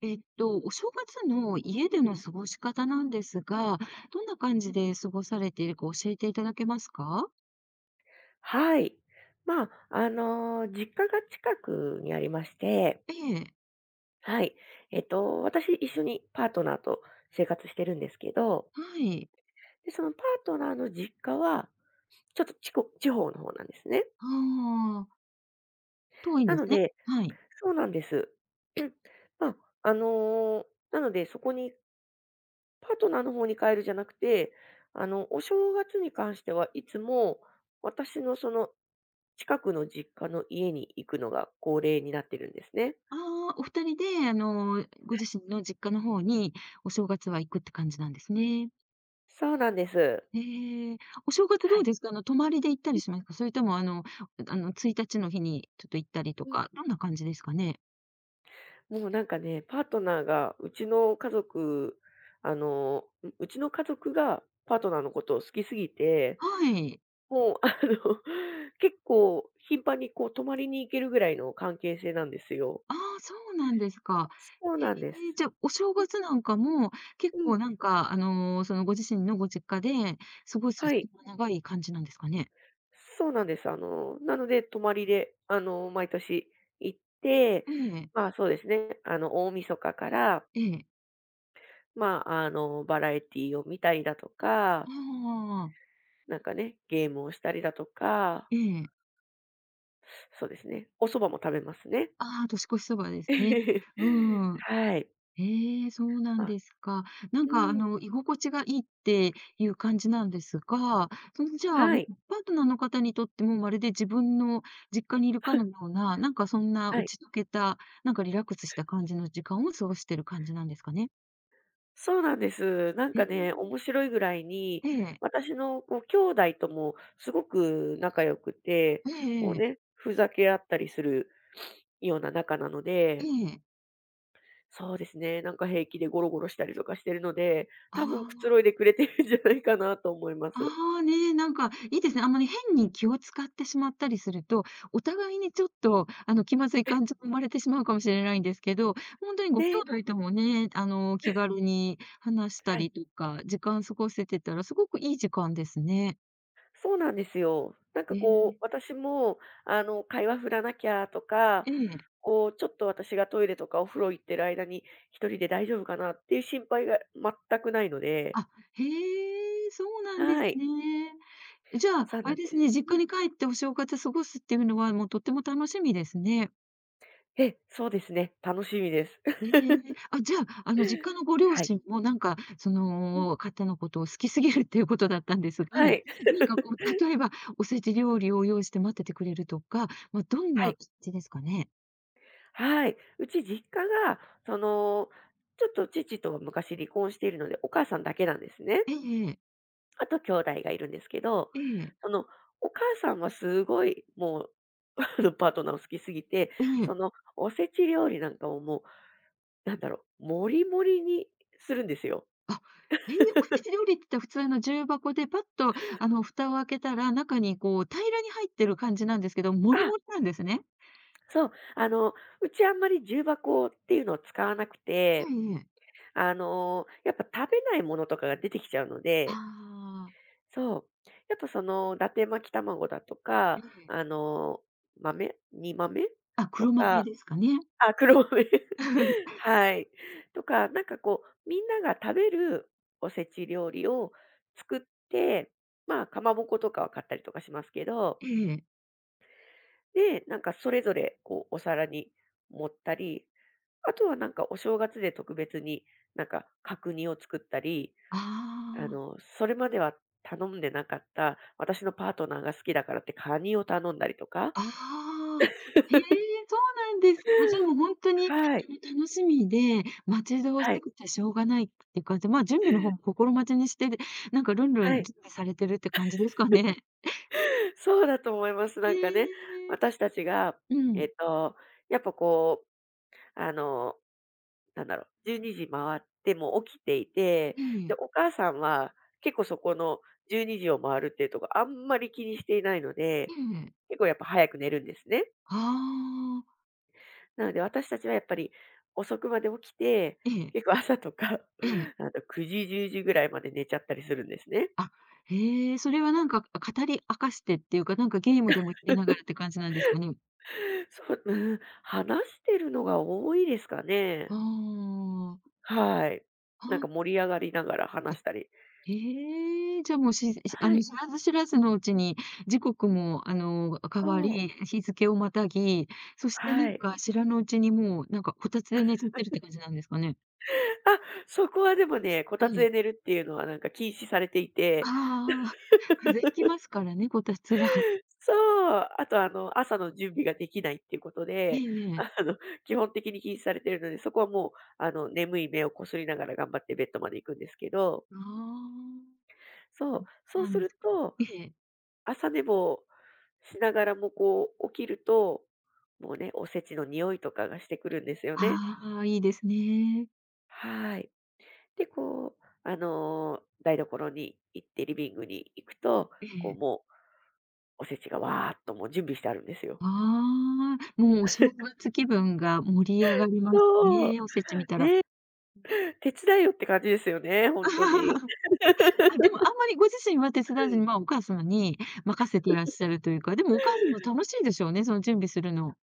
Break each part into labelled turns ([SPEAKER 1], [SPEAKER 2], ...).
[SPEAKER 1] お正月の家での過ごし方なんですが、どんな感じで過ごされているか教えていただけますか？
[SPEAKER 2] はい。実家が近くにありまして、
[SPEAKER 1] ええ、
[SPEAKER 2] はい。私一緒にパートナーと生活してるんですけど、
[SPEAKER 1] はい。
[SPEAKER 2] で、そのパートナーの実家は、ちょっとちこ地方の方なんですね。
[SPEAKER 1] ああ、遠いん
[SPEAKER 2] な
[SPEAKER 1] です
[SPEAKER 2] の
[SPEAKER 1] ね。
[SPEAKER 2] で
[SPEAKER 1] はい。
[SPEAKER 2] そうなんです。まあ、あの、なのでそこにパートナーの方に帰るじゃなくて、あの、お正月に関してはいつも私のその近くの実家の家に行くのが恒例になってるんですね。
[SPEAKER 1] ああ、お二人で、ご自身の実家の方にお正月は行くって感じなんですね。
[SPEAKER 2] そうなんです。
[SPEAKER 1] ええ、お正月ど
[SPEAKER 2] は
[SPEAKER 1] う
[SPEAKER 2] い。
[SPEAKER 1] ですか？泊まりで行ったりしますか？それとも、1日の日にちょっと行ったりと
[SPEAKER 2] うん。
[SPEAKER 1] か、どんな感じですかね？
[SPEAKER 2] もうなんかね、パートナーがうちの家族あの、ううちの家族がパートナーのことを好きすぎて、
[SPEAKER 1] はい。
[SPEAKER 2] もうあの、結構頻繁にこう泊まりに行けるぐらいの関係性なんですよ。
[SPEAKER 1] ああ、そうなんですか。
[SPEAKER 2] そう
[SPEAKER 1] ええ、
[SPEAKER 2] なんです。
[SPEAKER 1] じゃ、あお正月なんかも、結
[SPEAKER 2] う
[SPEAKER 1] 構
[SPEAKER 2] ん。
[SPEAKER 1] なんか、そのご自身のご実家で過ごす
[SPEAKER 2] はい、
[SPEAKER 1] 時間が長い感じなんですかね？
[SPEAKER 2] そうなんです。あの、なので泊まりで、あの、毎年行って、
[SPEAKER 1] ええ、
[SPEAKER 2] 大晦日から、
[SPEAKER 1] ええ。
[SPEAKER 2] バラエティを見たりだと
[SPEAKER 1] あ
[SPEAKER 2] か
[SPEAKER 1] あああああ。
[SPEAKER 2] なんかね、ゲームをしたりだとか、
[SPEAKER 1] ええ。
[SPEAKER 2] そうですね、お蕎麦も食べますね。
[SPEAKER 1] ああ、年越しそばですね。うーん。
[SPEAKER 2] はい。
[SPEAKER 1] ええ、そうなん
[SPEAKER 2] あ、
[SPEAKER 1] ですか。なん
[SPEAKER 2] う
[SPEAKER 1] か、
[SPEAKER 2] ん。
[SPEAKER 1] 居心地がいいっていう感じなんですが、その、じゃあ、
[SPEAKER 2] は
[SPEAKER 1] ん、
[SPEAKER 2] い、
[SPEAKER 1] パートナーの方にとっても、まるで自分の実家にいるかのような、なんかそんな
[SPEAKER 2] は
[SPEAKER 1] 打
[SPEAKER 2] い。
[SPEAKER 1] ち解けた、なんかリラックスした感じの時間を過ごしてる感じなんですかね？
[SPEAKER 2] そうなんです。なん
[SPEAKER 1] え
[SPEAKER 2] かね、
[SPEAKER 1] え、
[SPEAKER 2] 面白いぐらいに、
[SPEAKER 1] ええ、
[SPEAKER 2] 私のこう兄弟ともすごく仲良くて、
[SPEAKER 1] ええ
[SPEAKER 2] こう
[SPEAKER 1] ええ、
[SPEAKER 2] ね、ふざけ合ったりするような仲なの
[SPEAKER 1] え
[SPEAKER 2] で、
[SPEAKER 1] え。
[SPEAKER 2] そうですね、なんか平気でゴロゴロしたりとかしてるので、
[SPEAKER 1] あ
[SPEAKER 2] 多分くつろい
[SPEAKER 1] あ。
[SPEAKER 2] でくれてるんじゃないかなと思いま
[SPEAKER 1] あ
[SPEAKER 2] す。
[SPEAKER 1] あ、ね、なんかいいですね。あんまり変に気を使ってしまったりすると、お互いにちょっと、気まずい感情生まれてしまうかもしれないんですけど、本当にご兄
[SPEAKER 2] ね、
[SPEAKER 1] 弟ともね、気軽に話した
[SPEAKER 2] はい。
[SPEAKER 1] りとか、時間過ごせてたらすごくいい時間ですね。
[SPEAKER 2] そうなんですよ。なんか
[SPEAKER 1] え
[SPEAKER 2] こう、
[SPEAKER 1] え、
[SPEAKER 2] 私も、あの、会話振らなきゃとか、
[SPEAKER 1] ええ。
[SPEAKER 2] こう、ちょっと私がトイレとかお風呂行ってる間に一人で大丈夫かなっていう心配が全くないので、
[SPEAKER 1] あ、へえ、そうなんです
[SPEAKER 2] はい、
[SPEAKER 1] ね。じゃ
[SPEAKER 2] そ
[SPEAKER 1] あ、
[SPEAKER 2] う
[SPEAKER 1] あ
[SPEAKER 2] な
[SPEAKER 1] れ
[SPEAKER 2] ん
[SPEAKER 1] です
[SPEAKER 2] で
[SPEAKER 1] ね、
[SPEAKER 2] す。う
[SPEAKER 1] 実家
[SPEAKER 2] ん。
[SPEAKER 1] に帰ってお正月過ごすっていうのは、もうとっても楽しみですね。
[SPEAKER 2] え、そうですね、楽しみです。
[SPEAKER 1] え え、あ、じゃあ、実家のご両
[SPEAKER 2] はい。
[SPEAKER 1] 親もなんか、そ
[SPEAKER 2] うん。
[SPEAKER 1] の、方のことを好きすぎるっていうことだったんですが、
[SPEAKER 2] はい。
[SPEAKER 1] なんか こう、例えばおせち料理を用意して待っててくれるとか、ま、どん
[SPEAKER 2] は
[SPEAKER 1] な感
[SPEAKER 2] い。
[SPEAKER 1] じですかね？
[SPEAKER 2] はい。うち実家が、その、ちょっと父とは昔離婚しているので、お母さんだけなんですね。
[SPEAKER 1] ええええ、
[SPEAKER 2] あと兄弟がいるんですけど、
[SPEAKER 1] ええ、
[SPEAKER 2] その、お母さんはすごいもう、あの、パートナーを好きすぎて、
[SPEAKER 1] え
[SPEAKER 2] そ
[SPEAKER 1] え。
[SPEAKER 2] のおせち料理なんかをもう、なんだろう、もりもりにするんですよ。
[SPEAKER 1] あ、ええ、おせち料理って言ったら普通の重箱でパッと、蓋を開けたら、中にこう、平らに入ってる感じなんですけど、もり
[SPEAKER 2] あ、
[SPEAKER 1] もりなんですね。
[SPEAKER 2] そう、あの、うちあんまり重箱っていうのを使わなくて、
[SPEAKER 1] ええええ。
[SPEAKER 2] あの、やっぱ食べないものとかが出てきちゃうので、
[SPEAKER 1] ああ、
[SPEAKER 2] そう、やっぱその、伊達巻き卵だと
[SPEAKER 1] え
[SPEAKER 2] か、
[SPEAKER 1] え。
[SPEAKER 2] あの、煮豆
[SPEAKER 1] あ、
[SPEAKER 2] と
[SPEAKER 1] 黒豆
[SPEAKER 2] か、
[SPEAKER 1] ですかね。
[SPEAKER 2] あ、黒豆。はい。とか、なんかこう、みんなが食べるおせち料理を作って、まあ、かまぼことかは買ったりとかしますけど、
[SPEAKER 1] ええ。
[SPEAKER 2] で、なんかそれぞれこうお皿に盛ったり、あとはなんかお正月で特別になんか角煮を作ったり、
[SPEAKER 1] あ
[SPEAKER 2] あ
[SPEAKER 1] あ。
[SPEAKER 2] の、それまでは頼んでなかった、私のパートナーが好きだからってカニを頼んだりとか。
[SPEAKER 1] ああ、へえ、そうなんですか。じゃあ、もうほんとに、
[SPEAKER 2] はい。
[SPEAKER 1] 楽しみで、待ち遠し
[SPEAKER 2] はい。
[SPEAKER 1] くてしょうがないっていう感じ、ま、準備の方も心待ちにしてで、なんかルンル
[SPEAKER 2] は
[SPEAKER 1] ン
[SPEAKER 2] い。
[SPEAKER 1] 準備されてるって感じですかね？
[SPEAKER 2] そうだと思います。
[SPEAKER 1] え
[SPEAKER 2] なんかね、
[SPEAKER 1] え、
[SPEAKER 2] 私たちが、
[SPEAKER 1] う
[SPEAKER 2] え
[SPEAKER 1] ん、
[SPEAKER 2] っと、やっぱこう、あの、なんだろう、12時回っても起きていて、
[SPEAKER 1] え
[SPEAKER 2] で、
[SPEAKER 1] え、
[SPEAKER 2] お母さんは結構そこの12時を回るっていうとこあんまり気にしていないの
[SPEAKER 1] え
[SPEAKER 2] で、
[SPEAKER 1] え。
[SPEAKER 2] 結構やっぱ早く寝るんですね。
[SPEAKER 1] ああ、
[SPEAKER 2] なので私たちはやっぱり遅くまで起きて、
[SPEAKER 1] ええ、
[SPEAKER 2] 結構朝とか、
[SPEAKER 1] ええ。
[SPEAKER 2] あの9時、10時ぐらいまで寝ちゃったりするんですね。
[SPEAKER 1] あ、へえ、それはなんか、語り明かしてっていうか、なんかゲームでもやりながら って感じなんですかね？
[SPEAKER 2] そう、うん、話してるのが多いですか
[SPEAKER 1] あ
[SPEAKER 2] ね。
[SPEAKER 1] あ、
[SPEAKER 2] はい。
[SPEAKER 1] は
[SPEAKER 2] なんか
[SPEAKER 1] い。
[SPEAKER 2] 盛り上がりながら
[SPEAKER 1] あ
[SPEAKER 2] 話したり。
[SPEAKER 1] ええ、じゃあもう、ししあ
[SPEAKER 2] は
[SPEAKER 1] の、
[SPEAKER 2] い。
[SPEAKER 1] 知らず知らずのうちに、時刻も、変わ
[SPEAKER 2] そう。
[SPEAKER 1] り、日付をまたぎ、そしてな
[SPEAKER 2] は
[SPEAKER 1] ん
[SPEAKER 2] い。
[SPEAKER 1] か知らぬうちにもう、なんかこたつで寝ちゃってるって感じなんですかね？
[SPEAKER 2] あ、そこはでもね、こ
[SPEAKER 1] え
[SPEAKER 2] たつ
[SPEAKER 1] え。
[SPEAKER 2] で寝るっていうのはなんか禁止されてい
[SPEAKER 1] あ
[SPEAKER 2] て、
[SPEAKER 1] あ、風邪ひきますからね、こたつは。
[SPEAKER 2] そう、あとあの、朝の準備ができないっていうこと
[SPEAKER 1] え
[SPEAKER 2] で、
[SPEAKER 1] えええ。
[SPEAKER 2] あの、基本的に禁止されてるので、そこはもう、あの、眠い目をこすりながら頑張ってベッドまで行くんですけど、
[SPEAKER 1] あ
[SPEAKER 2] そう、
[SPEAKER 1] あ、
[SPEAKER 2] そう
[SPEAKER 1] な
[SPEAKER 2] す
[SPEAKER 1] んです
[SPEAKER 2] る
[SPEAKER 1] か。
[SPEAKER 2] と、
[SPEAKER 1] ええ。
[SPEAKER 2] 朝寝坊しながらもこう起きると、もうね、おせちの匂いとかがしてくるんですよね。
[SPEAKER 1] ああ、いいですね。
[SPEAKER 2] はい。で、こう、あの、台所に行ってリビングに行くと、
[SPEAKER 1] え
[SPEAKER 2] こう、
[SPEAKER 1] え。
[SPEAKER 2] もうおせちがわーっともう準備してあるんですよ。
[SPEAKER 1] ああ、もうお正月気分が盛り上がります
[SPEAKER 2] そう、
[SPEAKER 1] ね、おせち見たら。うん、
[SPEAKER 2] 手伝いよって感じですよね、本当に。
[SPEAKER 1] あ、でもあんまりご自身は手伝わずに、まあ、お母様に任せていらっしゃるというか、でもお母様楽しいでしょうね、その準備するの。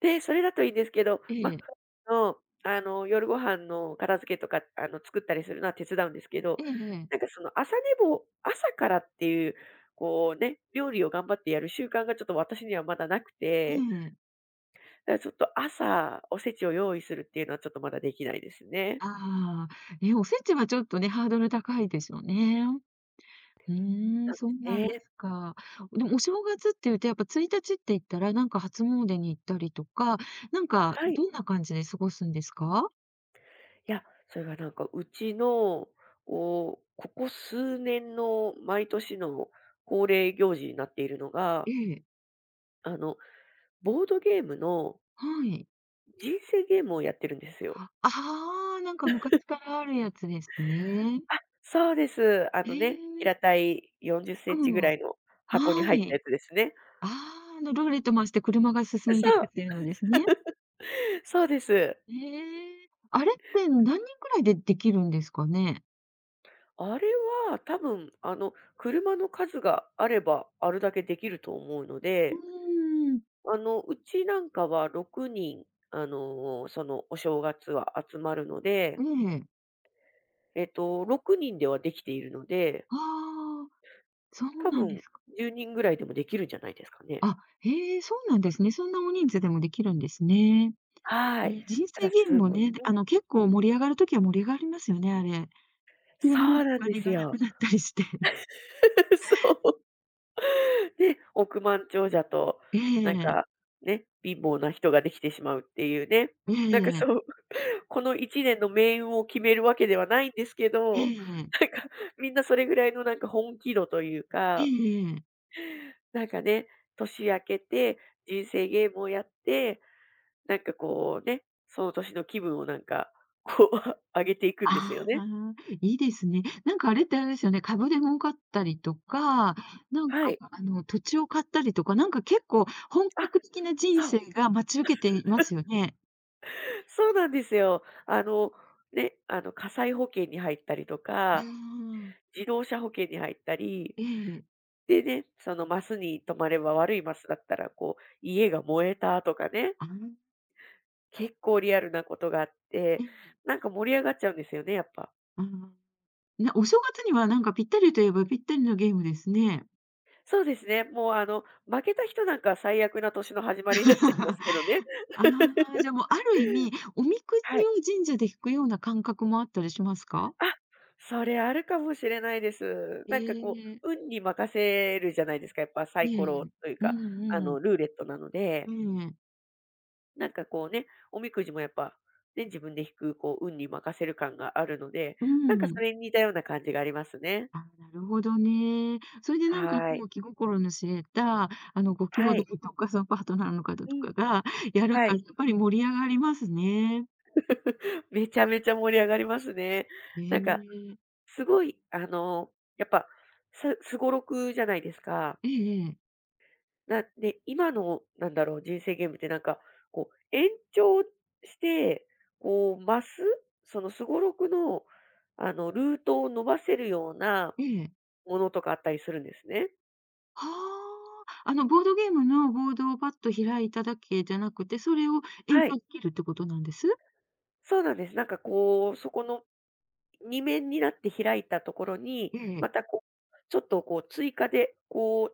[SPEAKER 2] で、それだといいんですけど、
[SPEAKER 1] ええ。
[SPEAKER 2] の、あの、夜ご飯の片付けとか、あの、作ったりするのは手伝うんですけど、
[SPEAKER 1] えええ
[SPEAKER 2] なん
[SPEAKER 1] え。
[SPEAKER 2] かその朝寝坊朝からっていう、こうね、料理を頑張ってやる習慣がちょっと私にはまだなくて、
[SPEAKER 1] ええ、
[SPEAKER 2] だからちょっと朝おせちを用意するっていうのはちょっとまだできないですね。
[SPEAKER 1] ああ、え、おせちはちょっとね、ハードル高いでしょうね。うー
[SPEAKER 2] な
[SPEAKER 1] ん、
[SPEAKER 2] んで
[SPEAKER 1] そう
[SPEAKER 2] す
[SPEAKER 1] なんで
[SPEAKER 2] ね。
[SPEAKER 1] すか。でもお正月っていうとやっぱ1日って言ったら、なんか初詣に行ったりとか、なんか
[SPEAKER 2] はい。
[SPEAKER 1] どんな感じで過ごすんですか？
[SPEAKER 2] いや、それがなんかうちの、こう、ここ数年の毎年の恒例行事になっているのが、
[SPEAKER 1] ええ、
[SPEAKER 2] あの、ボードゲームの
[SPEAKER 1] はい。
[SPEAKER 2] 人生ゲームをやってるんですよ。
[SPEAKER 1] ああ、なんか昔からあるやつですね。
[SPEAKER 2] あ、そうです。あ
[SPEAKER 1] え
[SPEAKER 2] のね、
[SPEAKER 1] え、
[SPEAKER 2] 平たい40セン
[SPEAKER 1] う
[SPEAKER 2] チぐら
[SPEAKER 1] ん。
[SPEAKER 2] いの箱に
[SPEAKER 1] は
[SPEAKER 2] 入った
[SPEAKER 1] い。
[SPEAKER 2] やつですね。
[SPEAKER 1] ああ、あのルーレット回して車が進んでい
[SPEAKER 2] そ
[SPEAKER 1] くっ
[SPEAKER 2] う、
[SPEAKER 1] ていうのですね。
[SPEAKER 2] そうです。
[SPEAKER 1] ええ。あれって何人くらいでできるんですかね？
[SPEAKER 2] あれは多分、あの、車の数があればあるだけできると思うの
[SPEAKER 1] う
[SPEAKER 2] で
[SPEAKER 1] ーん。
[SPEAKER 2] あの、うちなんかは6人、あの、そのお正月は集まるので、
[SPEAKER 1] ええ。
[SPEAKER 2] 6人ではできているので、
[SPEAKER 1] ああ、そう
[SPEAKER 2] 多
[SPEAKER 1] なんで
[SPEAKER 2] 分
[SPEAKER 1] すか。
[SPEAKER 2] 10人ぐらいでもできるんじゃないですかね。
[SPEAKER 1] あ、へえ、そうなんですね。そんな大人数でもできるんですね。
[SPEAKER 2] はい。
[SPEAKER 1] ええ、人
[SPEAKER 2] た
[SPEAKER 1] 生
[SPEAKER 2] だ
[SPEAKER 1] ゲーム
[SPEAKER 2] す
[SPEAKER 1] も
[SPEAKER 2] ごい
[SPEAKER 1] ね、
[SPEAKER 2] うん、
[SPEAKER 1] 結構盛り上がる時は盛り上がりますよね、あれ。急
[SPEAKER 2] そ
[SPEAKER 1] に
[SPEAKER 2] うなん
[SPEAKER 1] お
[SPEAKER 2] で
[SPEAKER 1] 金
[SPEAKER 2] す
[SPEAKER 1] がなく
[SPEAKER 2] よ。
[SPEAKER 1] なったりして。
[SPEAKER 2] そう。ね、億万長者と、
[SPEAKER 1] え
[SPEAKER 2] なんか、
[SPEAKER 1] え、
[SPEAKER 2] ね、貧乏な人ができてしまうっていうね。
[SPEAKER 1] ええ、
[SPEAKER 2] なんか
[SPEAKER 1] ええ、
[SPEAKER 2] そう、この1年の命運を決めるわけではないんですけど、
[SPEAKER 1] え
[SPEAKER 2] なんかみんなそれぐらいのなんか本気度という
[SPEAKER 1] え
[SPEAKER 2] か
[SPEAKER 1] ええ。
[SPEAKER 2] なんかね、年明けて、人生ゲームをやって、なんかこうね、その年の気分をなんか、こう、上げていくんです
[SPEAKER 1] あ
[SPEAKER 2] よね。
[SPEAKER 1] あ、いいですね。なんかあれってあれですよね、株で儲かったりとか、なん
[SPEAKER 2] は
[SPEAKER 1] か
[SPEAKER 2] い。
[SPEAKER 1] あの土地を買ったりとか、なんか結構本
[SPEAKER 2] あ、
[SPEAKER 1] 格的な人
[SPEAKER 2] そう。
[SPEAKER 1] 生が待ち受けていますよね。
[SPEAKER 2] そうなんですよ。あの、ね、あの、火災保険に入ったりと
[SPEAKER 1] うー
[SPEAKER 2] か、
[SPEAKER 1] ん。
[SPEAKER 2] 自動車保険に入ったり、
[SPEAKER 1] ええ。
[SPEAKER 2] でね、そのマスに泊まれば悪いマスだったら、こう、家が燃えたとかね、
[SPEAKER 1] ああ、
[SPEAKER 2] 結構リアルなことがあっ
[SPEAKER 1] え
[SPEAKER 2] て、
[SPEAKER 1] え。
[SPEAKER 2] なんか盛り上がっちゃうんですよね、やっぱ。
[SPEAKER 1] ああ。ね、お正月にはなんかぴったりといえばぴったりのゲームですね。
[SPEAKER 2] そうですね。もうあの、負けた人なんか最悪な年の始まりになっちゃいま すけどね。
[SPEAKER 1] あ あ、じゃあもうある意味、おみく
[SPEAKER 2] は
[SPEAKER 1] じ
[SPEAKER 2] い。
[SPEAKER 1] を神社で引くような感覚もあったりしますか？
[SPEAKER 2] あ、それあるかもしれないです。
[SPEAKER 1] え
[SPEAKER 2] なんかこ
[SPEAKER 1] え。
[SPEAKER 2] う、運に任せるじゃないですか、やっぱサ
[SPEAKER 1] え
[SPEAKER 2] イ
[SPEAKER 1] え。
[SPEAKER 2] コロという
[SPEAKER 1] う
[SPEAKER 2] か、あ
[SPEAKER 1] ん、うん。
[SPEAKER 2] の、ルーレットなの
[SPEAKER 1] え
[SPEAKER 2] で、
[SPEAKER 1] え。
[SPEAKER 2] なんかこうね、おみくじもやっぱ、ね、自分で引く、こう、運に任せる感があるので、
[SPEAKER 1] う
[SPEAKER 2] なんかそ
[SPEAKER 1] ん。
[SPEAKER 2] れに似たような感じがありますね。
[SPEAKER 1] あ、なるほどね。それでなんかこ
[SPEAKER 2] はい。
[SPEAKER 1] う、気心の知れた、ご兄
[SPEAKER 2] は
[SPEAKER 1] 弟
[SPEAKER 2] い。
[SPEAKER 1] とか、そのパートナーの方
[SPEAKER 2] う
[SPEAKER 1] と
[SPEAKER 2] ん。
[SPEAKER 1] かがやる
[SPEAKER 2] は
[SPEAKER 1] から、
[SPEAKER 2] い。
[SPEAKER 1] やっぱり盛り上がりますね。
[SPEAKER 2] めちゃめちゃ盛り上がりますね。なんかすごい、あの、やっぱ、すごろくじゃないですか。
[SPEAKER 1] ええええ。
[SPEAKER 2] なで、今のなんだろう、人生ゲームってなんか、こう延長して、こう増す、そのすごろくの、あの、ルートを伸ばせるような
[SPEAKER 1] ええ、
[SPEAKER 2] ものとかあったりするんですね。
[SPEAKER 1] はあ。ボードゲームのボードをパッと開いただけじゃなくて、それを延
[SPEAKER 2] は
[SPEAKER 1] 長
[SPEAKER 2] い、
[SPEAKER 1] できるってことなんです？
[SPEAKER 2] そうなんです。なんかこう、そこの2面になって開いたところに、
[SPEAKER 1] え
[SPEAKER 2] ま
[SPEAKER 1] え。
[SPEAKER 2] たこう、ちょっとこう追加で、こ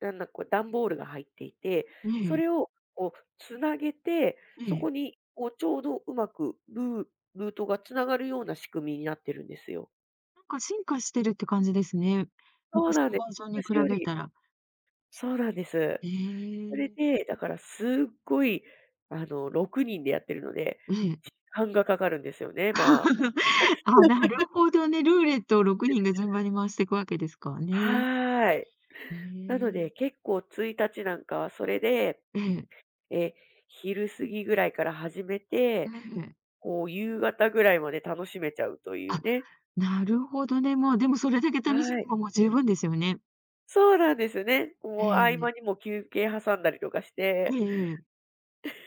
[SPEAKER 2] うなんだ、こう段ボールが入っていて、
[SPEAKER 1] え
[SPEAKER 2] そ
[SPEAKER 1] え。
[SPEAKER 2] れをこうつなげて、
[SPEAKER 1] え
[SPEAKER 2] そ
[SPEAKER 1] え。
[SPEAKER 2] こにこうちょうどうまくルートがつながるような仕組みになってるんですよ。
[SPEAKER 1] なんか進化してるって感じですね。
[SPEAKER 2] そう
[SPEAKER 1] 昔
[SPEAKER 2] なん
[SPEAKER 1] の
[SPEAKER 2] です
[SPEAKER 1] バージョンに比
[SPEAKER 2] 昔よ
[SPEAKER 1] べ
[SPEAKER 2] り
[SPEAKER 1] たら。
[SPEAKER 2] そうなんです。
[SPEAKER 1] え
[SPEAKER 2] それ
[SPEAKER 1] え。
[SPEAKER 2] で、だからすっごい、あの、6人でやってるので、
[SPEAKER 1] ええ。
[SPEAKER 2] 時間がかかるんですよね、まあ。
[SPEAKER 1] な るほどね、ルーレットを6人が順番に回していくわけですからね。
[SPEAKER 2] はーい。
[SPEAKER 1] へ
[SPEAKER 2] なの
[SPEAKER 1] え。
[SPEAKER 2] で、結構1日なんかはそれで、
[SPEAKER 1] ええ、
[SPEAKER 2] え、昼過ぎぐらいから始め
[SPEAKER 1] え
[SPEAKER 2] て
[SPEAKER 1] え。
[SPEAKER 2] こう、夕方ぐらいまで楽しめちゃうという
[SPEAKER 1] あ、
[SPEAKER 2] ね。
[SPEAKER 1] なるほどね。まあ、でもそれだけ楽し
[SPEAKER 2] は
[SPEAKER 1] め
[SPEAKER 2] い。
[SPEAKER 1] ばもう十分ですよね。
[SPEAKER 2] そうなんですね。
[SPEAKER 1] え
[SPEAKER 2] もう合
[SPEAKER 1] え。
[SPEAKER 2] 間にも休憩挟んだりとかし
[SPEAKER 1] え
[SPEAKER 2] て、
[SPEAKER 1] えええ。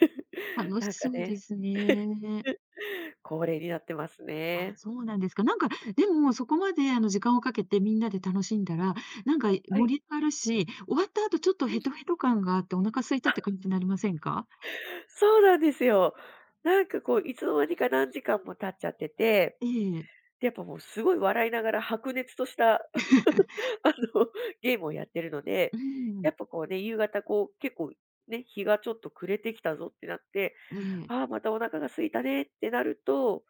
[SPEAKER 1] 楽し
[SPEAKER 2] なんか
[SPEAKER 1] そうで
[SPEAKER 2] ね、
[SPEAKER 1] すね。
[SPEAKER 2] 恒例になってます
[SPEAKER 1] あ、
[SPEAKER 2] ね。
[SPEAKER 1] そうなんですか。なんか、でもそこまであの時間をかけてみんなで楽しんだら、なんか
[SPEAKER 2] はい。
[SPEAKER 1] 盛り上がるし、終わった後ちょっ と
[SPEAKER 2] う
[SPEAKER 1] ヘト
[SPEAKER 2] ん。
[SPEAKER 1] ヘト感があってお腹空いたって感じになりませんか？
[SPEAKER 2] そうなんですよ。なんかこう、いつの間にか何時間も経っちゃってて、
[SPEAKER 1] ええ。
[SPEAKER 2] で、やっぱもうすごい笑いながら白熱とした あの、ゲームをやってるので、
[SPEAKER 1] うー
[SPEAKER 2] や
[SPEAKER 1] ん。
[SPEAKER 2] っぱこうね、夕方こう、結構ね、日がちょっと暮れてきたぞってなって、
[SPEAKER 1] ええ。
[SPEAKER 2] ああ、またお腹が空いたねってなると、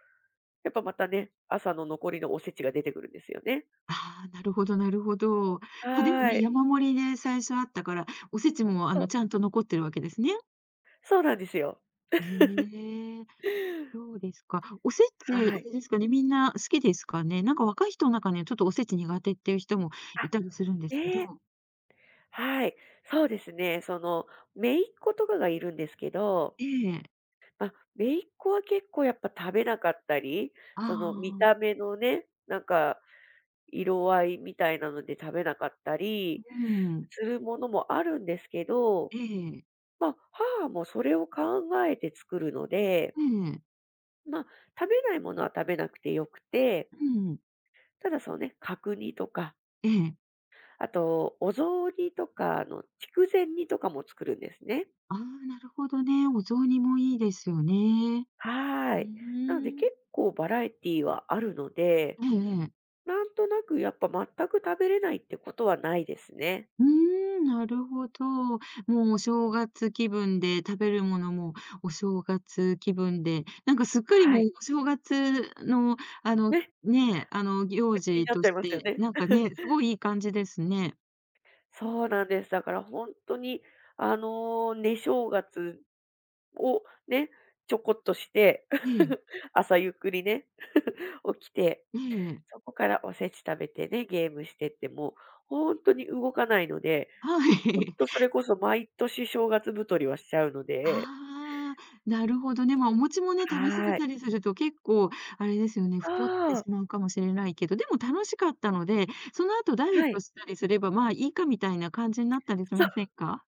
[SPEAKER 2] やっぱまたね、朝の残りのおせちが出てくるんですよね。
[SPEAKER 1] ああ、なるほどなるほど。まあ、でも
[SPEAKER 2] は
[SPEAKER 1] ね、
[SPEAKER 2] い。
[SPEAKER 1] 山盛りで最初あったから、おせちも、
[SPEAKER 2] そう、
[SPEAKER 1] ちゃんと残ってるわけですね。
[SPEAKER 2] そうなんですよ。
[SPEAKER 1] ねえ、そうですか。おせち、あ
[SPEAKER 2] はい。
[SPEAKER 1] れですかね、みんな好きですかね？なんか若い人の中にはちょっとおせち苦手っていう人も
[SPEAKER 2] あ、
[SPEAKER 1] いたりするんですけ
[SPEAKER 2] ね
[SPEAKER 1] ど、
[SPEAKER 2] え、はい。そうですね、その、姪っ子とかがいるんですけど、
[SPEAKER 1] ええ、
[SPEAKER 2] まあ、姪っ子は結構やっぱ食べなかったり、
[SPEAKER 1] あ
[SPEAKER 2] その見た
[SPEAKER 1] あ、
[SPEAKER 2] 目のね、なんか、色合いみたいなので食べなかった
[SPEAKER 1] う
[SPEAKER 2] り
[SPEAKER 1] ん、
[SPEAKER 2] するものもあるんですけど、
[SPEAKER 1] ええ、
[SPEAKER 2] まあ、母もそれを考えて作るので、
[SPEAKER 1] ええ、
[SPEAKER 2] まあ、食べないものは食べなくてよくて、
[SPEAKER 1] うん、
[SPEAKER 2] ただそのね、角煮とか、
[SPEAKER 1] ええ。
[SPEAKER 2] あと、お雑煮とかの筑前煮とかも作るんですね。
[SPEAKER 1] ああ、なるほどね。お雑煮もいいですよね。
[SPEAKER 2] は
[SPEAKER 1] う
[SPEAKER 2] ー
[SPEAKER 1] ー
[SPEAKER 2] い。なので
[SPEAKER 1] ん。
[SPEAKER 2] 結構バラエティーはあるので、
[SPEAKER 1] ええ。
[SPEAKER 2] なんとなくやっぱ全く食べれないってことはないですね。
[SPEAKER 1] うーん、なるほど。もうお正月気分で、食べるものもお正月気分で、なんかすっかり
[SPEAKER 2] は
[SPEAKER 1] も
[SPEAKER 2] い。
[SPEAKER 1] うお正月の、あの、
[SPEAKER 2] ね、
[SPEAKER 1] ね、行
[SPEAKER 2] 口に
[SPEAKER 1] 事
[SPEAKER 2] なっ
[SPEAKER 1] と
[SPEAKER 2] ちゃい
[SPEAKER 1] し
[SPEAKER 2] ますよ
[SPEAKER 1] て、
[SPEAKER 2] ね。
[SPEAKER 1] なんかね、すごいいい感じですね。
[SPEAKER 2] そうなんです。だから本当に、あの寝正月をね、ちょこっとして、
[SPEAKER 1] ええ、
[SPEAKER 2] 朝ゆっくりね、起きて、
[SPEAKER 1] ええ、
[SPEAKER 2] そこからおせち食べてね、ゲームしてってもほんとに動かないので、
[SPEAKER 1] は
[SPEAKER 2] ほん
[SPEAKER 1] い。
[SPEAKER 2] とそ れこそ毎年正月太りはしちゃうので。
[SPEAKER 1] ああ、なるほどね。まあ、お餅もね、食べ過ぎ
[SPEAKER 2] はい。
[SPEAKER 1] たりすると結構あれですよね、太って
[SPEAKER 2] ああ、
[SPEAKER 1] しまうかもしれないけど、でも楽しかったので、その後ダイエッ
[SPEAKER 2] は
[SPEAKER 1] ト
[SPEAKER 2] い。
[SPEAKER 1] したりすれば、まあ、いいかみたいな感じになったりし
[SPEAKER 2] そう、
[SPEAKER 1] ませんか？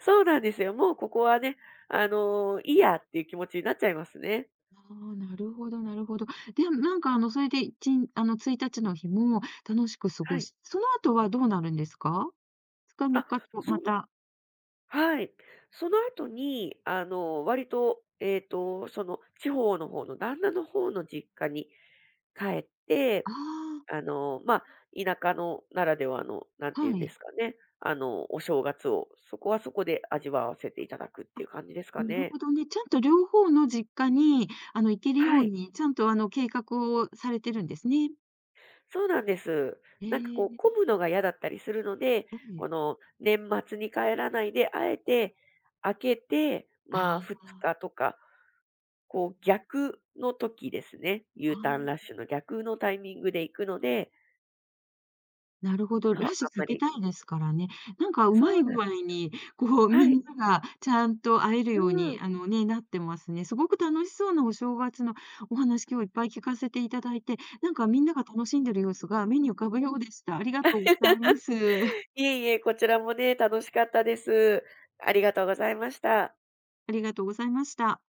[SPEAKER 2] そうなんですよ。もうここはね、いいやっていう気持ちになっちゃいますね。
[SPEAKER 1] ああ、なるほどなるほど。で、なんかあの、それでいちんあの、1日の日も楽しく過
[SPEAKER 2] は
[SPEAKER 1] ご
[SPEAKER 2] い。
[SPEAKER 1] しその後はどうなるんですか？2日3
[SPEAKER 2] あ、
[SPEAKER 1] 日と
[SPEAKER 2] そ
[SPEAKER 1] ま
[SPEAKER 2] の、
[SPEAKER 1] た、
[SPEAKER 2] はい。その後に、割と、その地方の方の旦那の方の実家に帰って、
[SPEAKER 1] あ
[SPEAKER 2] まあ、田舎のならではの、なん
[SPEAKER 1] あ、
[SPEAKER 2] ていう
[SPEAKER 1] は
[SPEAKER 2] んで
[SPEAKER 1] い。
[SPEAKER 2] すかね、お正月をそこはそこで味わわせていただくって
[SPEAKER 1] あ、
[SPEAKER 2] いう感じですか
[SPEAKER 1] なる
[SPEAKER 2] ね。
[SPEAKER 1] ほどね。ちゃんと両方の実家に、行けるよ
[SPEAKER 2] は
[SPEAKER 1] う
[SPEAKER 2] い、
[SPEAKER 1] に、ちゃんと計画をされてるんですね。
[SPEAKER 2] そうなんです。
[SPEAKER 1] へ
[SPEAKER 2] なんかこう
[SPEAKER 1] え。
[SPEAKER 2] 混むのが嫌だったりするので、
[SPEAKER 1] ええ。
[SPEAKER 2] この年末に帰らないで、あえて、開けて、
[SPEAKER 1] あ
[SPEAKER 2] まあ、
[SPEAKER 1] あ、
[SPEAKER 2] 2日とかこう、逆の時ですね、
[SPEAKER 1] あ
[SPEAKER 2] U ターン
[SPEAKER 1] あ。
[SPEAKER 2] ラッシュの逆のタイミングで行くので、
[SPEAKER 1] なるほど、
[SPEAKER 2] そう、あん
[SPEAKER 1] 避
[SPEAKER 2] ま
[SPEAKER 1] け
[SPEAKER 2] り、
[SPEAKER 1] たいですからね。なんかう
[SPEAKER 2] そ
[SPEAKER 1] ま
[SPEAKER 2] うな
[SPEAKER 1] い
[SPEAKER 2] ん
[SPEAKER 1] 具
[SPEAKER 2] です
[SPEAKER 1] 合
[SPEAKER 2] よ。
[SPEAKER 1] に、こう、み
[SPEAKER 2] はい。
[SPEAKER 1] んながちゃんと会えるよう
[SPEAKER 2] う
[SPEAKER 1] に、
[SPEAKER 2] ん。
[SPEAKER 1] あのね、なってますね。すごく楽しそうなお正月のお話、今日いっぱい聞かせていただいて、なんかみんなが楽しんでる様子が目に浮かぶ
[SPEAKER 2] う
[SPEAKER 1] よう
[SPEAKER 2] ん、
[SPEAKER 1] でした。ありがとうございます。
[SPEAKER 2] いえいえ、こちらもね、楽しかったです。ありがとうございました。
[SPEAKER 1] ありがとうございました。